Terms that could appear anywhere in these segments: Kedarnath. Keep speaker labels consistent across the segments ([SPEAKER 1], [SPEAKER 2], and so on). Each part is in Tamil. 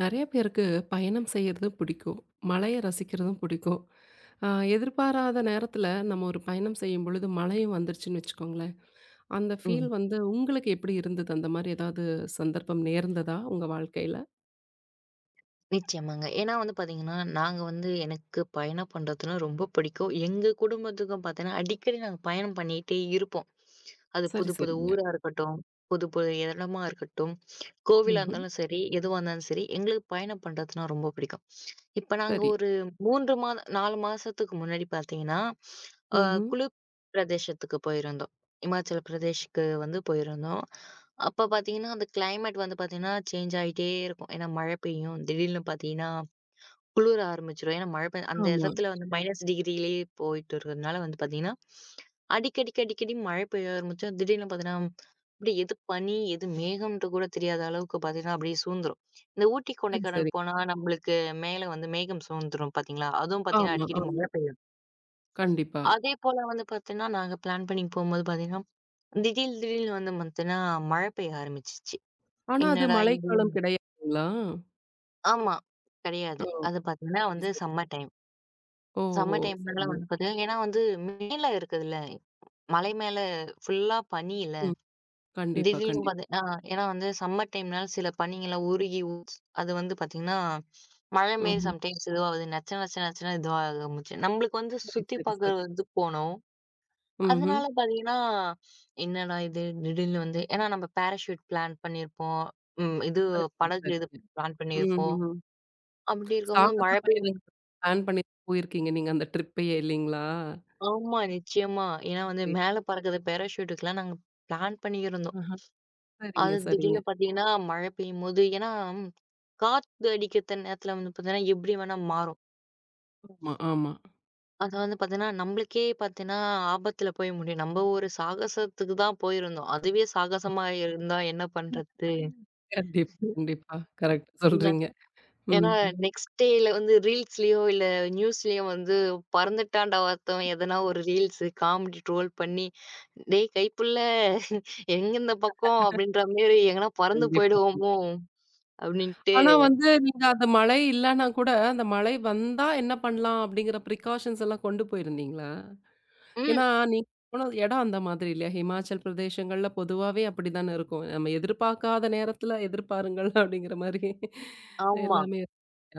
[SPEAKER 1] நெறைய பேருக்கு பயணம் செய்யறது பிடிக்கும். மலைய ரசிக்கிறதும் பிடிக்கும். அ எதிர்பாராத நேரத்துல நம்ம ஒரு பயணம் செய்யும்பொழுது மழையும் வந்துருச்சுன்னு வச்சுக்கோங்களேன். அந்த ஃபீல்
[SPEAKER 2] ம்.
[SPEAKER 1] வந்து உங்களுக்கு எப்படி இருந்தது? அந்த மாரி ஏதாவது சந்தர்ப்பம் நேர்ந்ததா உங்க வாழ்க்கையில?
[SPEAKER 2] நிச்சயமாங்க. ஏன்னா வந்து பார்த்தீங்கன்னா, நாங்க வந்து எனக்கு பயணம் பண்றதுன்னா ரொம்ப பிடிக்கும். எங்க குடும்பத்துக்கும் பார்த்தீங்கன்னா, அடிக்கடி நாங்க பயணம் பண்ணிட்டே இருப்போம். அது
[SPEAKER 1] சரி,
[SPEAKER 2] புது புது
[SPEAKER 1] சரிங்க.
[SPEAKER 2] ஊரா இருக்கட்டும், புது புது இடமா இருக்கட்டும், கோவிலா
[SPEAKER 1] ம்ஹ்ம்.
[SPEAKER 2] இருந்தாலும் சரி, எதுவா இருந்தாலும் சரி, எங்களுக்கு பயணம் பண்றதுன்னா ரொம்ப பிடிக்கும். இப்ப நாங்க
[SPEAKER 1] சரி.
[SPEAKER 2] ஒரு 3 மாத 4 மாசத்துக்கு முன்னாடி பார்த்தீங்கன்னா, அ
[SPEAKER 1] ம்ஹ்ம்.
[SPEAKER 2] குளிர் பிரதேசத்துக்கு போயிருந்தோம். இமாச்சல பிரதேஷ்க்கு வந்து போயிருந்தோம். அப்ப பார்த்தீங்கன்னா, அந்த கிளைமேட் வந்து பார்த்தீங்கன்னா, சேஞ்ச் ஆயிட்டே இருக்கும். ஏன்னா மழை பெய்யும். திடீர்னு பார்த்தீங்கன்னா, குளிர ஆரம்பிச்சுரும். ஏன்னா மழை பெய் அந்த
[SPEAKER 1] ஆமா.
[SPEAKER 2] இடத்துல வந்து -டிகிரிலயே போயிட்டு இருக்கிறதுனால வந்து பார்த்தீங்கன்னா, அடிக்கடிக்கு அடிக்கடி மழை பெய்ய ஆரம்பிச்சுரும். திடீர்னு பார்த்தீங்கன்னா, அப்படியே எது பனி, எது மேகம்ன்ட்டு கூட தெரியாத அளவுக்கு பார்த்தீங்கன்னா, அப்படியே சூழ்ந்துரும். இந்த ஊட்டி,
[SPEAKER 1] சரி,
[SPEAKER 2] கொடைக்கானல்
[SPEAKER 1] சரி.
[SPEAKER 2] போனா நம்மளுக்கு மேல வந்து மேகம் சூழ்ந்துரும் பார்த்தீங்களா? அதுவும் பார்த்தீங்கன்னா,
[SPEAKER 1] ஆமா,
[SPEAKER 2] அடிக்கடி
[SPEAKER 1] ஆமா.
[SPEAKER 2] மழை பெய்யும்.
[SPEAKER 1] கண்டிப்பா.
[SPEAKER 2] அதே போல வந்து பார்த்தீங்கன்னா, நாங்க பிளான் பண்ணி போம்போது பார்த்தீங்கன்னா, திடீர் திடீர்னு வந்து பார்த்தீங்கன்னா, மழை பெய்ய ஆரம்பிச்சுச்சு.
[SPEAKER 1] ஆனா அது
[SPEAKER 2] என்னடா இது?
[SPEAKER 1] மழைக்காலம் கிடையாதுங்களா?
[SPEAKER 2] ஆமா.
[SPEAKER 1] ஓ!
[SPEAKER 2] கிடையாது. அது பார்த்தீங்கன்னா
[SPEAKER 1] சரி,
[SPEAKER 2] வந்து
[SPEAKER 1] சரி.
[SPEAKER 2] Summer time.
[SPEAKER 1] ஓஹோ!
[SPEAKER 2] சம்மர் டைம்னால
[SPEAKER 1] சரிங்க.
[SPEAKER 2] வந்து பார்த்தீங்கன்னா, ஏன்னா வந்து மேல இருக்குதுல்ல. மலை மேல ஃபுல்லா பனியில.
[SPEAKER 1] ம். கண்டிப்பா,
[SPEAKER 2] திடீர்னு
[SPEAKER 1] கண்டிப்பா.
[SPEAKER 2] பார்த்தீங்கன்னா ஏன்னா வந்து சம்மர் டைம்னால சில பனிங்கலாம் உருகி அது வந்து பார்த்தீங்கன்னா, மழை மாரி
[SPEAKER 1] ம்ஹ்ம்.
[SPEAKER 2] சம்டைம்ஸ் இதுவாகுது. நச்ச நச்ச நச்சன்னு இதுவாக ஆரம்பிச்சு. நம்மளுக்கு வந்து
[SPEAKER 1] சரி,
[SPEAKER 2] சுத்தி
[SPEAKER 1] சரி, சரி.
[SPEAKER 2] பார்க்கறது போனோம்.
[SPEAKER 1] ம்ஹ்ம்.
[SPEAKER 2] அதனால பார்த்தீங்கன்னா, என்னடா இது திடீர்னு வந்து ஏன்னா நம்ம பேராஷூட் பிளான் பண்ணியிருப்போம். இது
[SPEAKER 1] சரிங்க,
[SPEAKER 2] படகு இது
[SPEAKER 1] சரிங்க.
[SPEAKER 2] பிளான் பண்ணியிருப்போம்.
[SPEAKER 1] ம்ஹ்ம்.
[SPEAKER 2] அப்படி இருக்கும்போது
[SPEAKER 1] சாகச
[SPEAKER 2] மழை பெய்ய
[SPEAKER 1] பயணம் பிளான் பண்ணி போயிருக்கீங்க நீங்க அந்த ட்ரிப்பயே இல்லைங்களா?
[SPEAKER 2] ஆமா, நிச்சயமா. ஏன்னா வந்து
[SPEAKER 1] சரி.
[SPEAKER 2] மேல பறக்குற பேராஷூட்டுக்குலாம் நாங்க பிளான் பண்ணியிருந்தோம்.
[SPEAKER 1] ஆஹா. சரிங்க,
[SPEAKER 2] அது
[SPEAKER 1] சரிங்க.
[SPEAKER 2] திடீர்னு பார்த்தீங்கன்னா, மழை பெய்யும்போது ஏன்னா காத்து அடிக்கிற நேரத்துல வந்து பார்த்தீங்கன்னா, எப்படி வேணா மாறும்.
[SPEAKER 1] ஆமா, ஆமா.
[SPEAKER 2] அது வந்து பார்த்தீங்கன்னா, நம்மளுக்கே பார்த்தீங்கன்னா, ஆபத்துல போய் முடியும். நம்ம ஒரு சாகசத்துக்கு தான் போயிருந்தோம். அதுவே சாகசமா இருந்தா என்ன பண்றது?
[SPEAKER 1] கண்டிப்பா, கண்டிப்பா. கரெக்ட் சொல்றீங்க.
[SPEAKER 2] ஏன்னா,
[SPEAKER 1] ம்.
[SPEAKER 2] நெக்ஸ்ட் டேல வந்து ரீல்ஸ்லயோ, இல்ல நியூஸ்லயோ வந்து "பறந்துட்டான்டா ஒருத்தன்" எதனா ஒரு ரீல்ஸு காமெடி ட்ரோல் பண்ணி, "டேய் கைப்புள்ள எங்க இந்த பக்கம்?" அப்படின்ற மாரி எங்கனா பறந்து
[SPEAKER 1] கண்டிப்பா.
[SPEAKER 2] போயிடுவோமோ! அப்படின்ட்டு.
[SPEAKER 1] ஆனா வந்து நீங்க அந்த மழை இல்லன்னா கூட, அந்த மழை வந்தா என்ன பண்ணலாம் அப்படிங்கிற பிரிகாஷன்ஸ் எல்லாம் கொண்டு போயிருந்தீங்களா?
[SPEAKER 2] ம்.
[SPEAKER 1] ஏன்னா நீங்க போன இடம் அந்த மாதிரி இல்லையா? ஹிமாச்சல் பிரதேசங்கள்ல பொதுவாவே அப்படித்தானே இருக்கும். நம்ம எதிர்பார்க்காத நேரத்துல எதிர்பாருங்கள் அப்படிங்கிற மாரி
[SPEAKER 2] ஆமா.
[SPEAKER 1] எல்லாமே.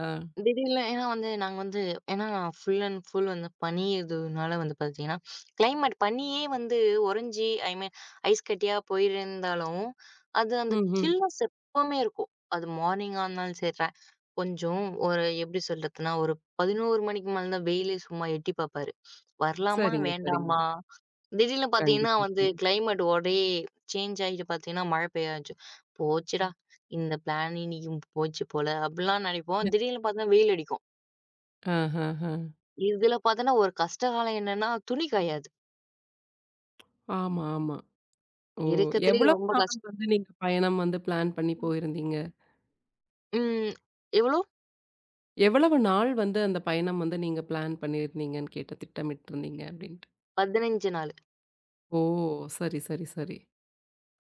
[SPEAKER 1] ஆ.
[SPEAKER 2] திடீர்ல ஏன்னா வந்து நாங்க வந்து ஏன்னா ஃபுல் அண்ட் ஃபுல் வந்து பனி இதுனால வந்து பார்த்தீங்கன்னா, கிளைமேட் பனியே வந்து உறைஞ்சு ஐ மீன் ஐஸ் கட்டியா போயிருந்தாலும், அது அந்த
[SPEAKER 1] ம்ஹ்ம்.
[SPEAKER 2] சில்னஸ் எப்பவுமே இருக்கும். அது மார்னிங்கா இருந்தாலும் சரி, கொஞ்சம் ஒரு எப்படி சொல்றதுன்னா, ஒரு 11 மணிக்கு மேல தான் வெயிலே சும்மா எட்டி பார்ப்பாரு. வரலாமா?
[SPEAKER 1] சரிங்க, சரிங்க.
[SPEAKER 2] வேண்டாமா? திடீர்னு பார்த்தீங்கன்னா
[SPEAKER 1] கண்டிப்பா,
[SPEAKER 2] வந்து
[SPEAKER 1] கண்டிப்பா.
[SPEAKER 2] கிளைமேட் ஒரே சேஞ்ச் ஆயிட்டு பார்த்தீங்கன்னா மழை பெய்ய ஆரம்பிச்சுரும். போச்சுடா! இந்த பிளான் இன்னைக்கு போச்சு போல அப்படிலாம் நினைப்போம். திடீர்னு பார்த்தா வெயில் அடிக்கும்.
[SPEAKER 1] ஆஹஹ.
[SPEAKER 2] இதுல பார்த்தோன்னா ஒரு கஷ்ட காலம் என்னன்னா, துணி காயாது.
[SPEAKER 1] ஆமா, ஆமா. ஓ!
[SPEAKER 2] இருக்கத்திலேயே
[SPEAKER 1] எவ்வளவு
[SPEAKER 2] ரொம்ப
[SPEAKER 1] நாள்
[SPEAKER 2] கஷ்டம்.
[SPEAKER 1] வந்து நீங்க பயணம் வந்து பிளான் பண்ணி போயிருந்தீங்க?
[SPEAKER 2] ம். எவ்வளோ?
[SPEAKER 1] எவ்வளவு நாள் வந்து அந்த பயணம் வந்து நீங்க பிளான் பண்ணியிருந்தீங்கன்னு கேட்டேன், திட்டமிட்டிருந்தீங்க அப்டின்ட்டு.
[SPEAKER 2] 15 நாள்.
[SPEAKER 1] ஓ! சரி, சரி, சரி.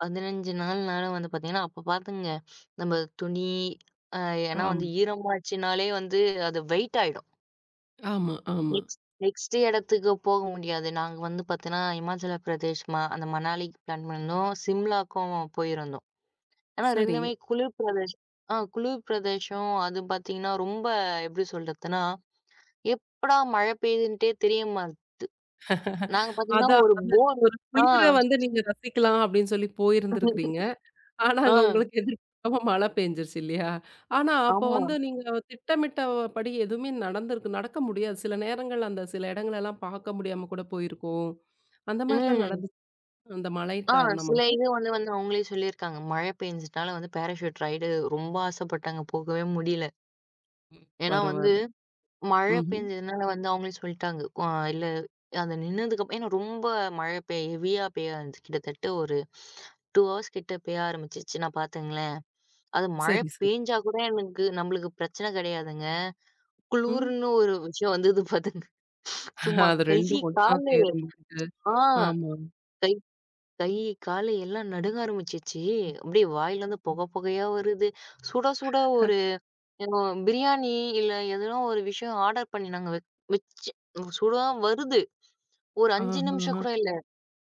[SPEAKER 2] 15 நாள்னால வந்து பார்த்தீங்கன்னா, அப்ப பார்த்துங்க நம்ம துணி அ ஏன்னா
[SPEAKER 1] ஆமா,
[SPEAKER 2] வந்து ஈரமாச்சுனாலே வந்து அது வெயிட் ஆயிடும்.
[SPEAKER 1] ஆமா, ஆமா.
[SPEAKER 2] நெக்ஸ்ட் நெக்ஸ்ட் இடத்துக்கு போக முடியாது. நாங்க வந்து பார்த்தீங்கன்னா, இமாச்சல பிரதேஷ் அந்த மணாலிக்கு பிளான் பண்ணியிருந்தோம். சிம்லாக்கும் போயிருந்தோம். ஆனா
[SPEAKER 1] சரிங்க.
[SPEAKER 2] 2மே குளிர் பிரதேஷ் குளிர் பிரதேசம். அது பார்த்தீங்கன்னா, ரொம்ப எப்படி சொல்றதுன்னா, எப்படா மழை பெய்யுதுன்ட்டே தெரிய நாங்க பார்த்தீங்கன்னா,
[SPEAKER 1] அதான்
[SPEAKER 2] ஒரு
[SPEAKER 1] அது
[SPEAKER 2] போட்
[SPEAKER 1] ஒரு
[SPEAKER 2] ஆ
[SPEAKER 1] குளிர வந்து நீங்க ரசிக்கலாம் அப்டின்னு சொல்லி போயிருந்திருக்கிறீங்க. ஆனா,
[SPEAKER 2] ஆ
[SPEAKER 1] அங்க உங்களுக்கு எதிர்பார்க்காம மழை பெஞ்சிருச்சு இல்லையா? ஆனா, அப்போ
[SPEAKER 2] ஆமா.
[SPEAKER 1] வந்து நீங்க திட்டமிட்டபடி எதுவுமே நடந்திருக்கு நடக்க முடியாது. சில நேரங்கள் அந்த சில இடங்களெல்லாம் பார்க்க முடியாம கூட போயிருக்கும். அந்த மாரிலாம்
[SPEAKER 2] ம்.
[SPEAKER 1] நடந்துச்சு அந்த மழை
[SPEAKER 2] ஆ சில
[SPEAKER 1] காரணமாக?
[SPEAKER 2] இது வந்து வந்து அவங்களே சொல்லியிருக்காங்க. மழை பெஞ்சதுனால வந்து பேராசூட் ரைடு ரொம்ப ஆசைப்பட்டாங்க. போகவே முடியல. ஏன்னா வந்து
[SPEAKER 1] பரவால்ல.
[SPEAKER 2] மழை
[SPEAKER 1] ம்ஹ்ம்.
[SPEAKER 2] பெஞ்சதுனால வந்து அவங்களே சொல்லிட்டாங்க. இல்ல அது நின்னதுக்கப்புறம் ஏன்னா ரொம்ப மழை பெய் ஹெவியா பெய்ய ஆரம்பிச்சு கிட்டத்தட்ட ஒரு 2 ஹவர்ஸ் கிட்ட பெய்ய ஆரம்பிச்சுச்சுன்னா பாத்துங்களேன், அது மழை
[SPEAKER 1] சரி, சரி.
[SPEAKER 2] பேஞ்சா கூட எனக்கு நம்மளுக்கு பிரச்சனை கிடையாதுங்க.
[SPEAKER 1] ம்.
[SPEAKER 2] குளுர்ன்னு ஒரு விஷயம் வந்தது பாத்துங்க. சும்மா
[SPEAKER 1] அது
[SPEAKER 2] கை,
[SPEAKER 1] 2 ஒண்ணா
[SPEAKER 2] காலு
[SPEAKER 1] சேரும்போது,
[SPEAKER 2] ஆ
[SPEAKER 1] ஆமா.
[SPEAKER 2] கை கை, காலு எல்லாம் நடுங்க ஆரம்பிச்சுச்சு. அப்படியே வாயிலருந்து புகை புகையா வருது. சுட சுட ஒரு பிரியாணி இல்ல எதனா ஒரு விஷயம் ஆர்டர் பண்ணி நாங்க வச்சு சுட வருது. ஒரு 5 நிமிஷம்
[SPEAKER 1] ஆஹஹ.
[SPEAKER 2] கூட இல்ல.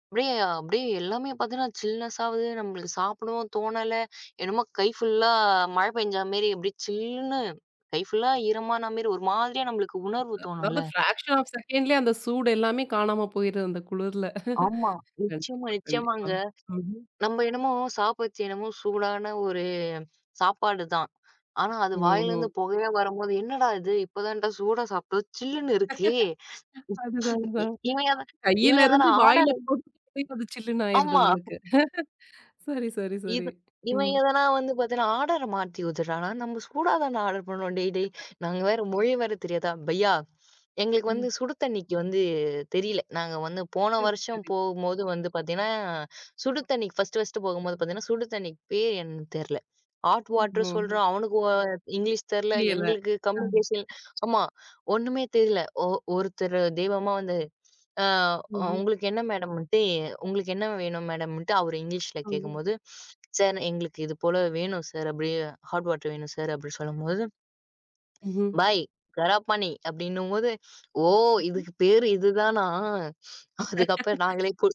[SPEAKER 2] அப்படியே அப்படியே எல்லாமே பார்த்தீங்கன்னா, சில்னெஸ் ஆவுது. நம்மளுக்கு சாப்பிடவும் தோணல. என்னமோ கை ஃபுல்லா மழை பெஞ்சா மாரி அப்படியே சில்லுன்னு கை ஃபுல்லா ஈரமான மாரி ஒரு மாதிரியா நம்மளுக்கு உணர்வு தோணும்ல.
[SPEAKER 1] அதாவது ஃபிராக்ஷன் ஆஃப் செகண்ட்லயே அந்த சூடு எல்லாமே காணாம போயிருது அந்த குளிர்ல.
[SPEAKER 2] ஆமா. நிச்சயமா,
[SPEAKER 1] கண்டிப்பா, கண்டிப்பா.
[SPEAKER 2] நிச்சயமாங்க.
[SPEAKER 1] ம்ஹ்ம்.
[SPEAKER 2] நம்ம என்னமோ சாப்பிடுச்சு என்னமோ சூடான ஒரு சாப்பாடு தான். ஆனா அது
[SPEAKER 1] ஓஹோ!
[SPEAKER 2] வாயிலேருந்து புகையா வரும்போது, "என்னடா இது இப்ப தான்டா சூடா சாப்பிட்டோம். சில்லுன்னு இருக்கே."
[SPEAKER 1] அதுதான்,
[SPEAKER 2] இ
[SPEAKER 1] அதுதான்.
[SPEAKER 2] இவன் எத இவன்
[SPEAKER 1] கையில
[SPEAKER 2] எதனா
[SPEAKER 1] இருந்து வாயில
[SPEAKER 2] ஆர்டர்
[SPEAKER 1] போட்டுக்கிட்டே அது சில்லுன்னு ஆயிருது
[SPEAKER 2] ஆமா.
[SPEAKER 1] உங்களுக்கு. சரி, சரி, சரி.
[SPEAKER 2] இது இவன்
[SPEAKER 1] ம்.
[SPEAKER 2] எதனா வந்து பார்த்தீங்கன்னா, ஆர்டர மாத்தி விட்டுட்டான்னா, நம்ம சூடா தான ஆர்டர் பண்ணுவோம் டேய் டேய். நாங்க வேற மொழி வேற தெரியாதா? பையா, எங்களுக்கு வந்து
[SPEAKER 1] அ.
[SPEAKER 2] சுடு தண்ணிக்கு வந்து தெரியல. நாங்க வந்து போன
[SPEAKER 1] சரி,
[SPEAKER 2] வருஷம்
[SPEAKER 1] சரி.
[SPEAKER 2] போகும்போது வந்து பார்த்தீங்கன்னா, சுடு தண்ணிக்கு ஃபர்ஸ்ட்டு ஃபர்ஸ்ட்டு போகும்போது பார்த்தீங்கன்னா, சுடு தண்ணிக்கு பேர் என்னன்னு தெரியல. ஹாட் வாட்டர்
[SPEAKER 1] ஓஹோ!
[SPEAKER 2] சொல்றோம். அவனுக்கு இங்கிலீஷ் தெரியல.
[SPEAKER 1] புரியல.
[SPEAKER 2] எங்களுக்கு
[SPEAKER 1] அ.
[SPEAKER 2] கம்யூனிகேஷன் ஆமா. ஒண்ணுமே தெரியல. ஒருத்தர் தெய்வமா வந்து ஆ
[SPEAKER 1] ம்ஹ்ம்.
[SPEAKER 2] உங்களுக்கு என்ன மேடம்ன்ட்டு உங்களுக்கு என்ன வேணும் மேடம்ன்ட்டு அவரு இங்கிலீஷ்ல
[SPEAKER 1] ம்.
[SPEAKER 2] கேட்கும்போது, "சார் எங்களுக்கு இது போல வேணும் சார்" அப்படி ஹாட் வாட்டர் வேணும் சார் அப்படி சொல்லும்போது,
[SPEAKER 1] ம்ஹ்ம்.
[SPEAKER 2] "பாய் கராப்பானி" அப்படின்னும்போது, "ஓ!
[SPEAKER 1] ம்.
[SPEAKER 2] இதுக்கு பேரு இதுதானா?" அதுக்கப்புறம்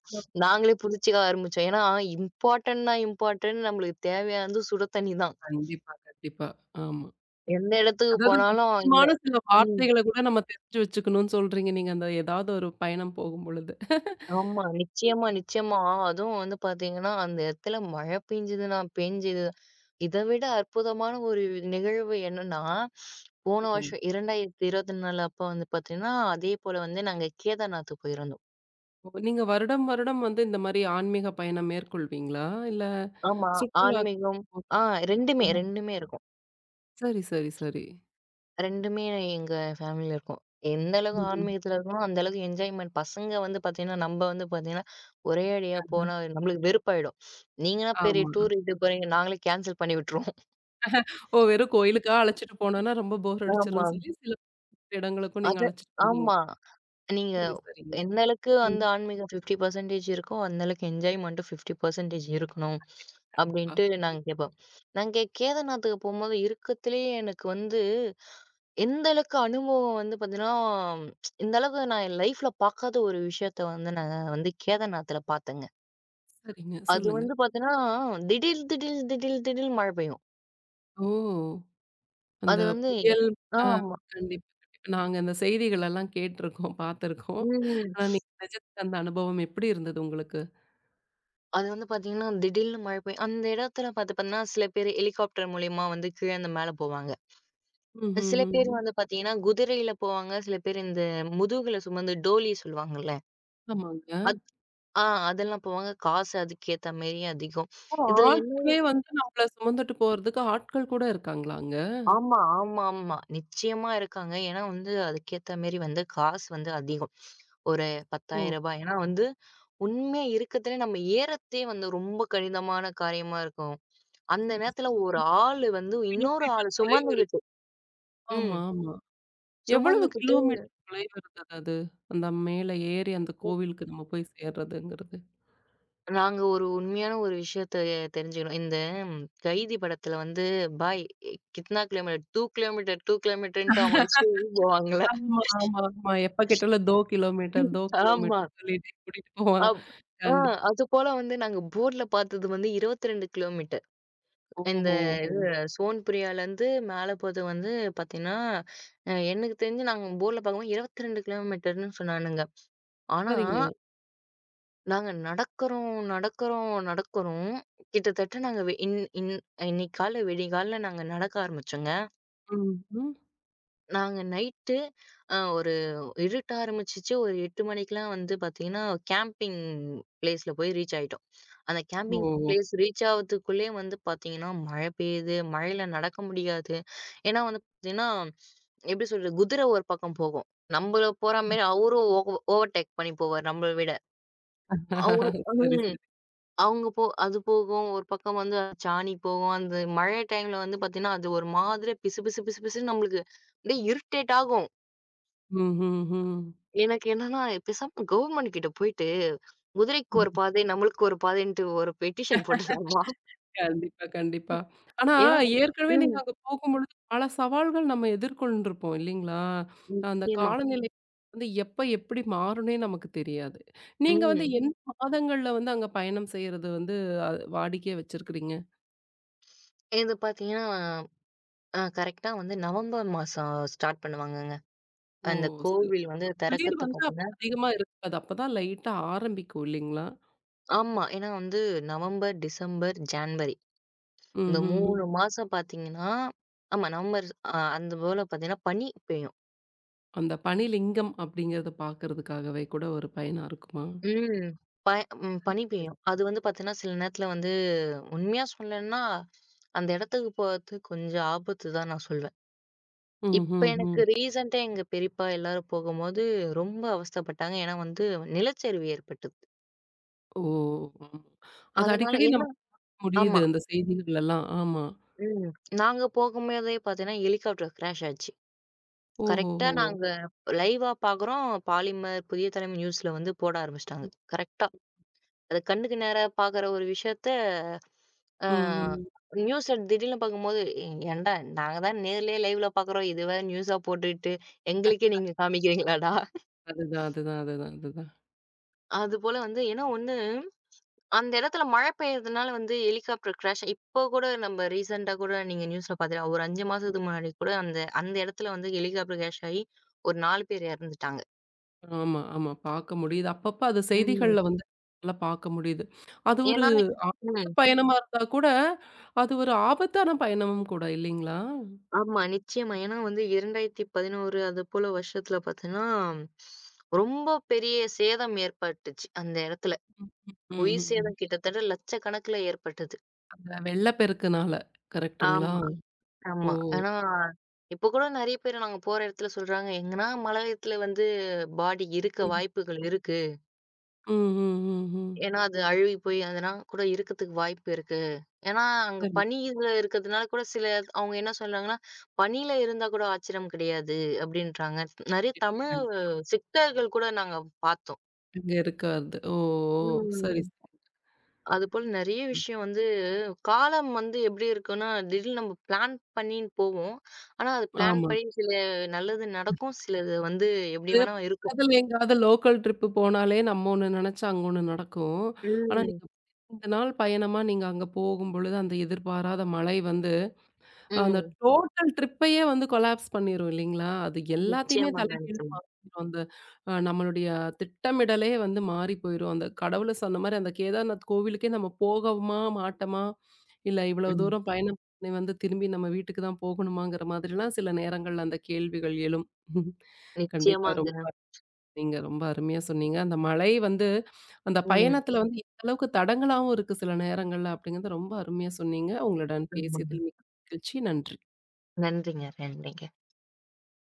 [SPEAKER 2] நாங்களே புடிச்சுக்க ஆரம்பிச்சோம். ஏன்னா இம்பார்ட்டன்ட்னா இம்பார்ட்டன்ட் நம்மளுக்கு தேவையானது சுட தண்ணி தான்.
[SPEAKER 1] கண்டிப்பா, கண்டிப்பா. ஆமா.
[SPEAKER 2] எந்த இடத்துக்கு
[SPEAKER 1] அதாவது அந்த
[SPEAKER 2] போனாலும் இந்த
[SPEAKER 1] முக்கியமான சில
[SPEAKER 2] ம்.
[SPEAKER 1] வார்த்தைகள கூட நம்ம தெரிஞ்சு வச்சுக்கணும்னு சொல்றீங்க. நீங்க அந்த ஏதாவது ஒரு பயணம் போகும்பொழுது.
[SPEAKER 2] ஆமா. நிச்சயமா, நிச்சயமா. அதுவும் வந்து பார்த்தீங்கன்னா, அந்த இடத்துல மழை பெஞ்சதுன்னா பெஞ்சது இத விட அற்புதமான ஒரு நிகழ்வு என்னன்னா, போன
[SPEAKER 1] சொல்லுங்க.
[SPEAKER 2] வருஷம் 2024 அப்ப வந்து பார்த்தீங்கன்னா, அதே போல வந்து நாங்க கேதார்நாத் போயிருந்தோம்.
[SPEAKER 1] இப்போ நீங்க வருடம், வருடம் வந்து இந்த மாரி ஆன்மீக பயணம் மேற்கொள்வீங்களா? இல்ல
[SPEAKER 2] ஆமா.
[SPEAKER 1] சுற்றுலா
[SPEAKER 2] ஆன்மீகம் ஆ
[SPEAKER 1] ஓ!
[SPEAKER 2] 2மே 2மே இருக்கும்.
[SPEAKER 1] சரி, சரி, சரி.
[SPEAKER 2] 2மே எங்க ஃபேமிலில இருக்கும். எந்த அளவுக்கு
[SPEAKER 1] ம்ஹ்ம்.
[SPEAKER 2] ஆன்மீகத்துல இருக்கமோ, அந்த அளவுக்கு என்ஜாய்மென்ட். பசங்க வந்து பார்த்தீங்கன்னா, நம்ப வந்து பார்த்தீங்கன்னா, ஒரே அடியா போனா நம்மளுக்கு வெறுப்பாயிடும். நீங்கலாம் பெரிய
[SPEAKER 1] ஆமா.
[SPEAKER 2] டூர் இட்டு போறீங்க, நாங்களே கேன்சல் பண்ணி விட்டுருவோம்.
[SPEAKER 1] ஓ! வெறும் கோயிலுக்கா அழைச்சிட்டு போனோம்னா ரொம்ப போர்
[SPEAKER 2] ஆமா.
[SPEAKER 1] அடிச்சிரும்ன்னு சொல்லி சில இடங்களுக்கும் நீங்க
[SPEAKER 2] அது
[SPEAKER 1] அழைச்சிட்டு போவீங்க.
[SPEAKER 2] ஆமா. நீங்க
[SPEAKER 1] சரி, சரிங்க.
[SPEAKER 2] எந்த அளவுக்கு அந்த
[SPEAKER 1] ம்.
[SPEAKER 2] ஆன்மீகம் 50% இருக்கோ, அந்த அளவுக்கு என்ஜாய்மென்ட்டும் 50% இருக்கணும்.
[SPEAKER 1] கண்டிப்பா.
[SPEAKER 2] அப்படின்ட்டு நாங்க கேட்போம். நாங்க கேதார்நாத்துக்கு போம்போது இருக்கத்துலயே எனக்கு வந்து எந்த அளவுக்கு அனுபவம் வந்து பார்த்தீங்கன்னா, இந்த அளவுக்கு நான் என் லைஃப்ல பார்க்காத ஒரு விஷயத்த வந்து நான் வந்து கேதார்நாத்ல பார்த்தேங்க.
[SPEAKER 1] சரிங்க.
[SPEAKER 2] அது
[SPEAKER 1] சொல்லுங்க.
[SPEAKER 2] வந்து பார்த்தீங்கன்னா, திடீர் திடீர் திடீர் திடீர்னு மழை பெய்யும்.
[SPEAKER 1] ஓ! அந்த
[SPEAKER 2] அது வந்து எ-
[SPEAKER 1] புயல் ஆ
[SPEAKER 2] ஆமா.
[SPEAKER 1] கண்டிப்பா, கண்டிப்பா. நாங்க அந்த செய்திகளெல்லாம் கேட்டுருக்கோம், பார்த்துருக்கோம்.
[SPEAKER 2] ம்.
[SPEAKER 1] ஆனா நீங்க நிஜத்துல அந்த அனுபவம் எப்படி இருந்தது உங்களுக்கு?
[SPEAKER 2] அது வந்து பார்த்தீங்கன்னா, திடீர்னு மழை பெய்யும். அந்த இடத்துல பார்த்து பார்த்தீங்கன்னா, சில பேர் ஹெலிகாப்டர் மூலியமா வந்து கீழேருந்து மேல போவாங்க. சில பேர்
[SPEAKER 1] ம்ஹ்ஹ்ம்.
[SPEAKER 2] வந்து பாத்தீங்கன்னா, குதிரையில போவாங்க. சில பேர் இந்த முதுகுல சுமந்து டோலி சொல்லுவாங்கல்ல.
[SPEAKER 1] ஆமாங்க.
[SPEAKER 2] அத் ஆ அதெல்லாம் போவாங்க. காசு அதுக்கேத்த மாரி அதிகம்.
[SPEAKER 1] ஓ!
[SPEAKER 2] இதுல என்ன
[SPEAKER 1] ஆட்களே வந்து நம்மள சுமந்துட்டு போறதுக்கு ஆட்கள் கூட இருக்காங்களா அங்க?
[SPEAKER 2] ஆமா, ஆமா, ஆமா. நிச்சயமா இருக்காங்க. ஏன்னா வந்து அதுக்கேத்த மாரி வந்து காசு வந்து அதிகம். ஒரு ரூ.
[SPEAKER 1] ஓ!
[SPEAKER 2] 10,000 ஏன்னா வந்து உண்மையா இருக்கதுலே நம்ம ஏறத்தே வந்து ரொம்ப கடினமான காரியமா இருக்கும். அந்த
[SPEAKER 1] சரி,
[SPEAKER 2] நேரத்துல
[SPEAKER 1] சரி.
[SPEAKER 2] ஒரு ஆளு வந்து இன்னொரு
[SPEAKER 1] கிலோமீட்டர்
[SPEAKER 2] ஆளு
[SPEAKER 1] தொலைவு இருக்கு.
[SPEAKER 2] சுமந்துகிட்டு
[SPEAKER 1] ஆமா,
[SPEAKER 2] ம்.
[SPEAKER 1] ஆமா. எவ்வளவு
[SPEAKER 2] சுமந்துகிட்டு
[SPEAKER 1] கிலோமீட்டர் தொலைவு இருந்தது அது? அந்த மேல ஏறி அந்த கோவிலுக்கு நம்ம போய் சேர்றதுங்கிறது.
[SPEAKER 2] நாங்க ஒரு உண்மையான ஒரு விஷயத்த தெரிஞ்சுக்கணும். இந்த ம், கைதி படத்துல வந்து பாய் கித்னா கிலோமீட்டர் 2 கிலோமீட்டர் 2 கிலோமீட்டர்ன்ட்டு அவன் இஷ்டத்துக்கு போவாங்கல்ல.
[SPEAKER 1] ஆமா, ஆமா, ஆமா. எப்ப கேட்டாலும் "தோ கிலோமீட்டர், தோ
[SPEAKER 2] ஆமா.
[SPEAKER 1] கிலோமீட்டர்" சொல்லிட்டு கூட்டிட்டு போவான்.
[SPEAKER 2] அப் ஆ
[SPEAKER 1] கண்டிப்பா.
[SPEAKER 2] அதுபோல வந்து நாங்க போர்ட்ல பார்த்தது வந்து 22 கிலோமீட்டர். இந்த
[SPEAKER 1] ஓஹோ! ஓ!
[SPEAKER 2] இது சோன்புரியாலருந்து மேல போறது வந்து பார்த்தீங்கன்னா, எனக்கு தெரிஞ்சு நாங்க போர்ட்ல பார்க்கும்போது 22 கிலோமீட்டர்ன்னு சொன்னானுங்க. ஆனா
[SPEAKER 1] சரிங்க.
[SPEAKER 2] நாங்க நடக்குறோம், நடக்குறோம், நடக்குறோம். கிட்டத்தட்ட நாங்க வெ இன் இன் இன்னைக்கு காலைல விடியகாலைல நாங்க நடக்க ஆரம்பிச்சோங்க.
[SPEAKER 1] ம், ம்.
[SPEAKER 2] நாங்க நைட்டு ஒரு இருட்ட ஆரம்பிச்சுச்சு. ஒரு 8 மணிக்கெல்லாம் வந்து பார்த்தீங்கன்னா, கேம்பிங் பிளேஸ்ல போய் ரீச் ஆயிட்டோம். அந்த கேம்பிங்
[SPEAKER 1] ஓ!
[SPEAKER 2] பிளேஸ் ரீச் ஆவறதுக்குள்ளயே வந்து பார்த்தீங்கன்னா, மழை பெய்யுது. மழையில நடக்க முடியாது. ஏன்னா வந்து பார்த்தீங்கன்னா, எப்படி சொல்றது? குதிரை ஒரு பக்கம் போகும். நம்மள போற மாரி அவரும் ஓவர்டேக் பண்ணி போவாரு நம்மள விட. அவரும்
[SPEAKER 1] சரி,
[SPEAKER 2] ம்.
[SPEAKER 1] சரி.
[SPEAKER 2] அவங்க போ அது போகும். ஒரு பக்கம் வந்து அது சாணி போகும். அந்த மழை டைம்ல வந்து பார்த்தீங்கன்னா, அது ஒரு மாதிரி பிசுபிசு பிசுபிசுன்னு நம்மளுக்கு அப்படியே இரிட்டேட் ஆகும்.
[SPEAKER 1] ம், ம்,
[SPEAKER 2] எனக்கு என்னன்னா, பேசாம கவர்மெண்ட் கிட்ட போயிட்டு, குதிரைக்கு
[SPEAKER 1] ம்.
[SPEAKER 2] ஒரு பாதை, நம்மளுக்கு ஒரு பாதைன்ட்டு ஒரு பெட்டிஷன் போட்டுடலாமா?
[SPEAKER 1] கண்டிப்பா, கண்டிப்பா. ஆனா
[SPEAKER 2] ஏன்னா ம்.
[SPEAKER 1] ஏற்கனவே நீங்க அங்க போகும்பொழுது பல சவால்கள் நம்ம எதிர்கொண்டிருப்போம் இல்லைங்களா? அந்த
[SPEAKER 2] நிச்சயமா.
[SPEAKER 1] காலநிலை வந்து எப்ப எப்படி மாறும்னே நமக்கு தெரியாது. நீங்க வந்து
[SPEAKER 2] ம்.
[SPEAKER 1] எந்த மாதங்கள்ல வந்து அங்க பயணம் செய்யறது வந்து அ வாடிக்கையா வச்சிருக்கிறீங்க?
[SPEAKER 2] இது பார்த்தீங்கன்னா, கரெக்ட்டா வந்து நவம்பர் மாசம் ஸ்டார்ட் பண்ணுவாங்கங்க.
[SPEAKER 1] ஓ!
[SPEAKER 2] அந்த
[SPEAKER 1] சரி.
[SPEAKER 2] கோவில் வந்து
[SPEAKER 1] குளிர்
[SPEAKER 2] திறக்கத்த
[SPEAKER 1] வந்து அப்ப
[SPEAKER 2] பார்த்தீங்கன்னா
[SPEAKER 1] அதிகமா இருக்காது. அப்பதான் லைட்டா ஆரம்பிக்கும் இல்லைங்களா?
[SPEAKER 2] ஆமா. ஏன்னா வந்து நவம்பர், டிசம்பர், ஜான்வரி இந்த
[SPEAKER 1] ம்ஹ்ஹ்ம்.
[SPEAKER 2] 3 மாசம் பார்த்தீங்கன்னா, ஆமா நவம்பர் அந்த போல பார்த்தீங்கன்னா பனி பெய்யும்.
[SPEAKER 1] அந்த பனிலிங்கம் அப்படிங்கிறத பார்க்கறதுக்காகவே கூட ஒரு பயணம் இருக்குமா?
[SPEAKER 2] ம். ப ம் பனி
[SPEAKER 1] சரி.
[SPEAKER 2] பெய்யும். அது வந்து பார்த்தீங்கன்னா, சில நேரத்தில வந்து உண்மையா சொல்லணும்னா, அந்த இடத்துக்கு போறது கொஞ்சம் ஆபத்து தான் நான் சொல்வேன். இப்ப
[SPEAKER 1] ம்ஹ்ஹ்ம்.
[SPEAKER 2] எனக்கு ரீசென்ட்டா எங்க பெரியப்பா எல்லாரும் போகும்போது ரொம்ப அவஸ்தைப்பட்டாங்க. ஏன்னா வந்து நிலச்சரிவு ஏற்பட்டது.
[SPEAKER 1] ஓ! ஆமா. அது
[SPEAKER 2] அதனால
[SPEAKER 1] அடிக்கடி நம்ம
[SPEAKER 2] ஏன்னா
[SPEAKER 1] முடியுது
[SPEAKER 2] ஆமா.
[SPEAKER 1] அந்த செய்திகள்லாம். ஆமா.
[SPEAKER 2] ம். நாங்க போகும்போதே பார்த்தீங்கன்னா, ஹெலிகாப்டர் கிராஷ் ஆச்சு. கரெக்ட்டா
[SPEAKER 1] ஓஹோஹோ!
[SPEAKER 2] நாங்க லைவா பார்க்குறோம். பாலிமர் புதிய தலைமை நியூஸ்ல வந்து போட ஆரம்பிச்சுட்டாங்க. கரெக்ட்டா அது கண்ணுக்கு நேரா பாக்குற ஒரு விஷயத்த, அ
[SPEAKER 1] ம், ம்.
[SPEAKER 2] நியூஸ திடீர்னு பாக்கும்போது, ஏன்டா நாங்க தான் நேர்லயே லைவ்ல பாக்குறோம். இது வேற நியூஸா போட்டுட்டு, எங்களுக்கே நீங்க காமிக்கிறீங்களாடா?
[SPEAKER 1] அதுதான், அதுதான், அதுதான், அதுதான்.
[SPEAKER 2] அதுபோல வந்து ஏன்னா ஒண்ணு, அந்த இடத்துல மழை பெய்யறதுனால வந்து ஹெலிகாப்டர் கிராஷ் இப்போ கூட நம்ம ரீசென்ட்டா கூட நீங்க நியூஸ்ல பாத்தீங்கன்னா, ஒரு 5 மாசத்துக்கு முன்னாடி கூட அந்த அந்த இடத்துல வந்து ஹெலிகாப்டர் கிராஷ் ஆயி, ஒரு 4 பேர் இறந்துட்டாங்க.
[SPEAKER 1] ஆமா, ஆமா. பார்க்க முடியுது. அப்பப்ப அது
[SPEAKER 2] ம்.
[SPEAKER 1] செய்திகள்ல வந்து நல்லா பார்க்க முடியுது. அது ஒரு
[SPEAKER 2] ஏன்னா
[SPEAKER 1] ஆபத்து பயணமா இருந்தா கூட, அது ஒரு ஆபத்தான பயணமும் கூட இல்லைங்களா?
[SPEAKER 2] ஆமா, நிச்சயமா. ஏன்னா வந்து 2011 அது போல வருஷத்துல பார்த்தீங்கன்னா, ரொம்ப பெரிய சேதம் ஏற்பட்டுச்சு அந்த இடத்துல.
[SPEAKER 1] ம், ம்,
[SPEAKER 2] உயிர்
[SPEAKER 1] ம்.
[SPEAKER 2] சேதம் கிட்டத்தட்ட லட்சக்கணக்குல ஏற்பட்டது.
[SPEAKER 1] அந்த வெள்ளப்பெருக்குனால கரெக்ட்டுங்களா?
[SPEAKER 2] ஆமா,
[SPEAKER 1] ஓ!
[SPEAKER 2] ஆமா. ஏன்னா, இப்ப கூட நெறைய பேர் நாங்க போற இடத்துல சொல்றாங்க, எங்கன்னா மலையத்துல வந்து பாடி இருக்க
[SPEAKER 1] ம்,
[SPEAKER 2] வாய்ப்புகள் இருக்கு.
[SPEAKER 1] ம், ம், ம், ம்.
[SPEAKER 2] ஏன்னா, அது அழுகி போய் அதனா கூட இருக்கதுக்கு வாய்ப்பு இருக்கு. ஏன்னா, அங்க
[SPEAKER 1] சரி.
[SPEAKER 2] பனியில இருக்கிறதுனால கூட சில அவங்க என்ன சொல்றாங்கன்னா, "பனியில இருந்தா கூட ஆச்சரியம் கிடையாது" அப்படின்றாங்க. நெறைய தமிழ் சித்தர்கள் கூட நாங்க பார்த்தோம்.
[SPEAKER 1] இங்க இருக்காது. ஓ! ஓ! சரி,
[SPEAKER 2] ம்.
[SPEAKER 1] சரி.
[SPEAKER 2] அதுபோல நெறைய விஷயம் வந்து காலம் வந்து எப்படி இருக்குன்னா, திடீர்னு நம்ம பிளான் பண்ணின்னு போவோம். ஆனா, அது பிளான்
[SPEAKER 1] ஆமா.
[SPEAKER 2] படி சில நல்லது நடக்கும். சிலது வந்து எப்படி
[SPEAKER 1] அது
[SPEAKER 2] வேணா இருக்கும்.
[SPEAKER 1] பக்கத்துல எங்கேயாவது லோக்கல் ட்ரிப் போனாலே நம்ம ஒண்ணு நெனச்சா அங்க ஒண்ணு நடக்கும். ஆனா
[SPEAKER 2] ம்.
[SPEAKER 1] நீங்க நீண்ட நாள் பயணமா நீங்க அங்க போகும்பொழுது, அந்த எதிர்பாராத மழை வந்து அந்த
[SPEAKER 2] ம்.
[SPEAKER 1] டோட்டல் ட்ரிப்பையே வந்து கொலாப்ஸ் பண்ணிரும் இல்லைங்களா? அது எல்லாத்தையுமே
[SPEAKER 2] நிச்சயமாங்க,
[SPEAKER 1] தலைகீழா
[SPEAKER 2] நிச்சயமா.
[SPEAKER 1] மாத்திரும். அந்த நம்மளுடைய திட்டமிடலே வந்து மாறி போயிரும். அந்த கடவுள சொன்ன மாரி அந்த கேதார்நாத் கோவிலுக்கே நம்ம போகவுமா, மாட்டமா? இல்ல இவ்வளவு
[SPEAKER 2] ம்.
[SPEAKER 1] தூரம் பயணம் பண்ணி வந்து திரும்பி நம்ம வீட்டுக்கு தான் போகணுமாங்கிற மாதிரிலாம் சில நேரங்கள்ல அந்த கேள்விகள் எழும். கண்டிப்பா.
[SPEAKER 2] நிச்சயமாங்க.
[SPEAKER 1] ரொம்ப நீங்க ரொம்ப அருமையா சொன்னீங்க. அந்த மழை வந்து அந்த
[SPEAKER 2] ம்.
[SPEAKER 1] பயணத்தில வந்து எந்த அளவுக்கு தடங்கலாவும் இருக்கு சில நேரங்கள்ல அப்படிங்கிறத ரொம்ப அருமையா சொன்னீங்க. உங்களுடன்
[SPEAKER 2] ஆமாங்க.
[SPEAKER 1] பேசியதில் மிக்க மகிழ்ச்சி. நன்றி.
[SPEAKER 2] நன்றிங்க, நன்றிங்க.